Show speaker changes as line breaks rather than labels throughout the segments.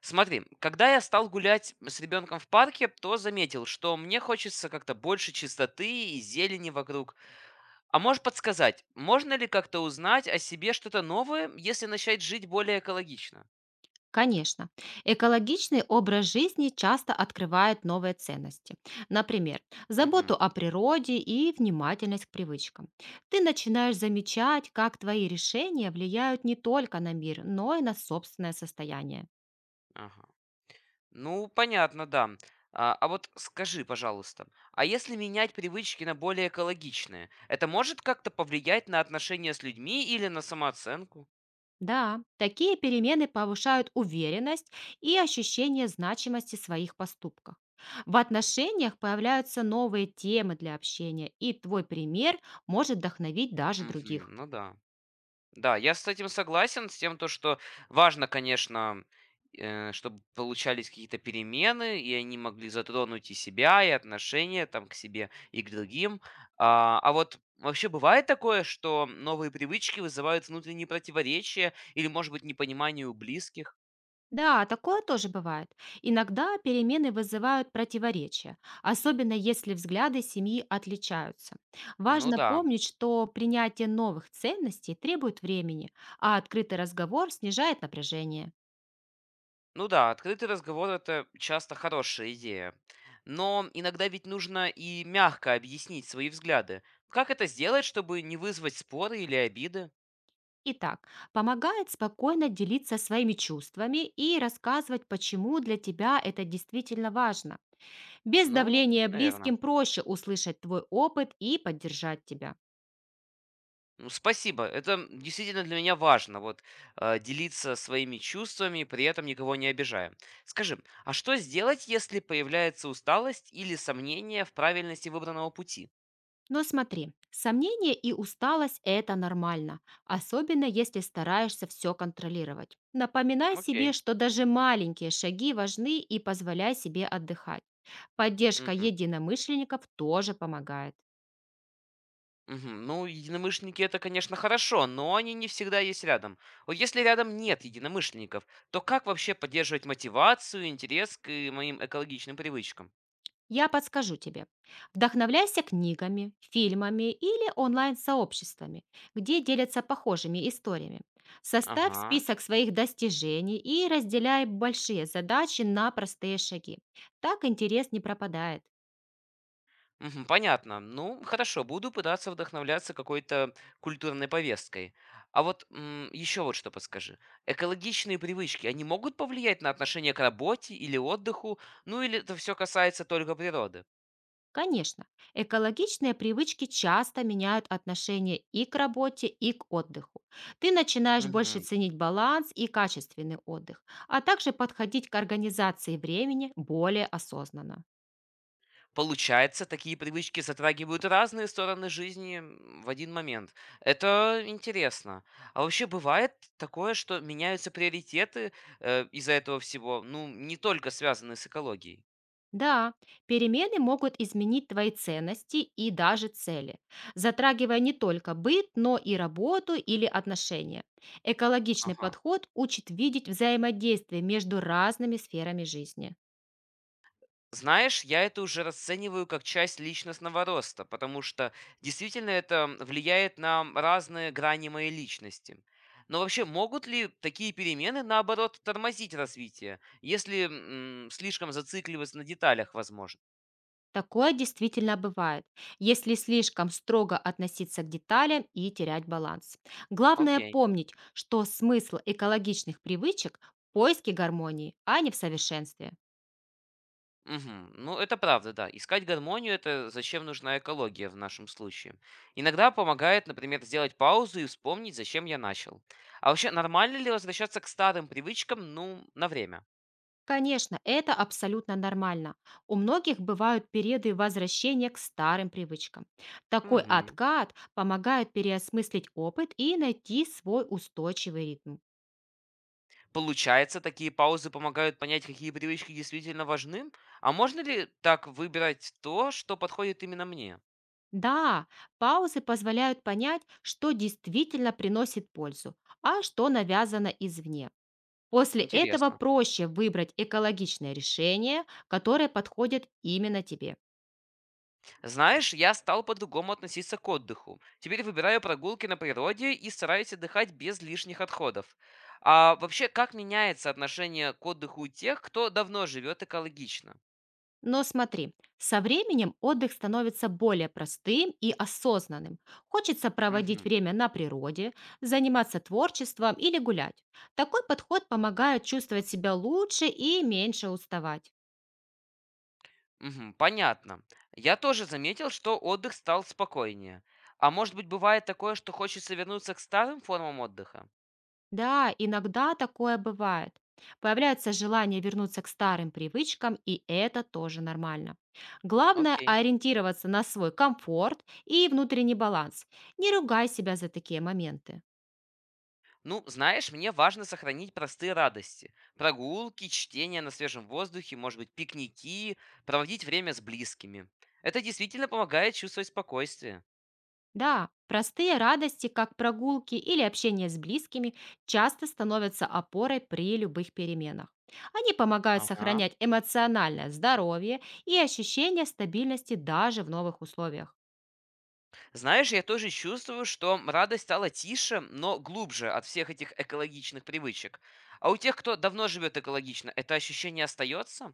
Смотри, когда я стал гулять с ребенком в парке, то заметил, что мне хочется как-то больше чистоты и зелени вокруг. А можешь подсказать, можно ли как-то узнать о себе что-то новое, если начать жить более экологично?
Конечно, экологичный образ жизни часто открывает новые ценности. Например, заботу
Угу,
о природе и внимательность к привычкам. Ты начинаешь замечать, как твои решения влияют не только на мир, но и на собственное состояние.
ага. Ну, понятно, да. А вот скажи, пожалуйста, а если менять привычки на более экологичные, это может как-то повлиять на отношения с людьми или на самооценку?
Да, такие перемены повышают уверенность и ощущение значимости своих поступков. В отношениях появляются новые темы для общения, и твой пример может вдохновить даже
Угу,
других.
ну да. Да, я с этим согласен, с тем, то, что важно, конечно, чтобы получались какие-то перемены, и они могли затронуть и себя, и отношения там к себе, и к другим. А вот вообще бывает такое, что новые привычки вызывают внутренние противоречия или, может быть, непонимание у близких?
Да, такое тоже бывает. Иногда перемены вызывают противоречия, особенно если взгляды семьи отличаются.
Ну
Важно
да.
помнить, что принятие новых ценностей требует времени, а открытый разговор снижает напряжение.
Ну да, открытый разговор это часто хорошая идея. Но иногда ведь нужно и мягко объяснить свои взгляды. Как это сделать, чтобы не вызвать споры или обиды?
Итак, помогает спокойно делиться своими чувствами и рассказывать, почему для тебя это действительно важно. Без
Ну,
давления
наверное.
близким проще услышать твой опыт и поддержать тебя.
Ну, спасибо. Действительно для меня важно, вот, делиться своими чувствами, при этом никого не обижая. Скажи, а что сделать, если появляется усталость или сомнение в правильности выбранного пути?
Но смотри, сомнения и усталость– это нормально, особенно если стараешься все контролировать. Напоминай себе,
Окей.
что даже маленькие шаги важны и позволяй себе отдыхать. Поддержка
Мгм.
единомышленников тоже помогает.
Мгм. Ну, единомышленники - это, конечно, хорошо, но они не всегда есть рядом. Вот если рядом нет единомышленников, то как вообще поддерживать мотивацию, интерес к, моим экологичным привычкам?
Я подскажу тебе. Вдохновляйся книгами, фильмами или онлайн-сообществами, где делятся похожими историями. Составь
Ага.
список своих достижений и разделяй большие задачи на простые шаги. Так интерес не пропадает.
Мгм, понятно. Ну, хорошо, буду пытаться вдохновляться какой-то культурной повесткой. А вот еще вот что подскажи. Экологичные привычки, они могут повлиять на отношение к работе или отдыху? Ну, или это все касается только природы?
Конечно, экологичные привычки часто меняют отношение и к работе, и к отдыху. Ты начинаешь больше
Мгм.
ценить баланс и качественный отдых, а также подходить к организации времени более осознанно.
Получается, такие привычки затрагивают разные стороны жизни в один момент. Это интересно. А вообще бывает такое, что меняются приоритеты из-за этого всего, ну, не только связанные с экологией.
Да, перемены могут изменить твои ценности и даже цели, затрагивая не только быт, но и работу или отношения. Экологичный
Ага.
подход учит видеть взаимодействие между разными сферами жизни.
Знаешь, я это уже расцениваю как часть личностного роста, потому что действительно это влияет на разные грани моей личности. Но вообще, могут ли такие перемены, наоборот, тормозить развитие, если слишком зацикливаться на деталях, возможно?
Такое действительно бывает, если слишком строго относиться к деталям и терять баланс. Главное
Окей.
помнить, что смысл экологичных привычек в поиске гармонии, а не в совершенстве.
Мгм. Ну, это правда, да. Искать гармонию – это зачем нужна экология в нашем случае. Иногда помогает, например, сделать паузу и вспомнить, зачем я начал. А вообще, нормально ли возвращаться к старым привычкам, ну, на время?
Конечно, это абсолютно нормально. У многих бывают периоды возвращения к старым привычкам. Такой
Мгм.
откат помогает переосмыслить опыт и найти свой устойчивый ритм.
Получается, такие паузы помогают понять, какие привычки действительно важны? А можно ли так выбирать то, что подходит именно мне?
Да, паузы позволяют понять, что действительно приносит пользу, а что навязано извне. После этого
Интересно.
проще выбрать экологичное решение, которое подходит именно тебе.
Знаешь, я стал по-другому относиться к отдыху. Теперь выбираю прогулки на природе и стараюсь отдыхать без лишних отходов. А вообще, как меняется отношение к отдыху у тех, кто давно живет экологично?
Но смотри, со временем отдых становится более простым и осознанным. Хочется проводить
Мгм.
время на природе, заниматься творчеством или гулять. Такой подход помогает чувствовать себя лучше и меньше уставать.
Мгм, понятно. Я тоже заметил, что отдых стал спокойнее. А может быть, бывает такое, что хочется вернуться к старым формам отдыха?
Да, иногда такое бывает. Появляется желание вернуться к старым привычкам, и это тоже нормально. Главное–
Окей.
ориентироваться на свой комфорт и внутренний баланс. Не ругай себя за такие моменты.
Ну, знаешь, мне важно сохранить простые радости. Прогулки, чтение на свежем воздухе, может быть, пикники, проводить время с близкими. Это действительно помогает чувствовать спокойствие.
Да, простые радости, как прогулки или общение с близкими, часто становятся опорой при любых переменах. Они помогают
Ага.
сохранять эмоциональное здоровье и ощущение стабильности даже в новых условиях.
Знаешь, я тоже чувствую, что радость стала тише, но глубже от всех этих экологичных привычек. А у тех, кто давно живет экологично, это ощущение остается?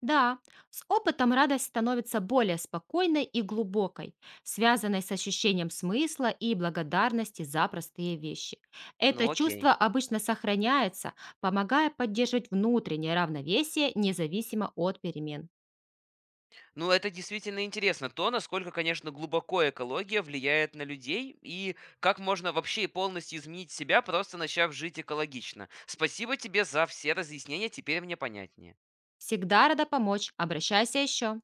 Да, с опытом радость становится более спокойной и глубокой, связанной с ощущением смысла и благодарности за простые вещи. Это
Ну окей.
чувство обычно сохраняется, помогая поддерживать внутреннее равновесие независимо от перемен.
Ну, это действительно интересно, то, насколько, конечно, глубоко экология влияет на людей и как можно вообще и полностью изменить себя, просто начав жить экологично. Спасибо тебе за все разъяснения, теперь мне понятнее.
Всегда рада помочь, обращайся еще.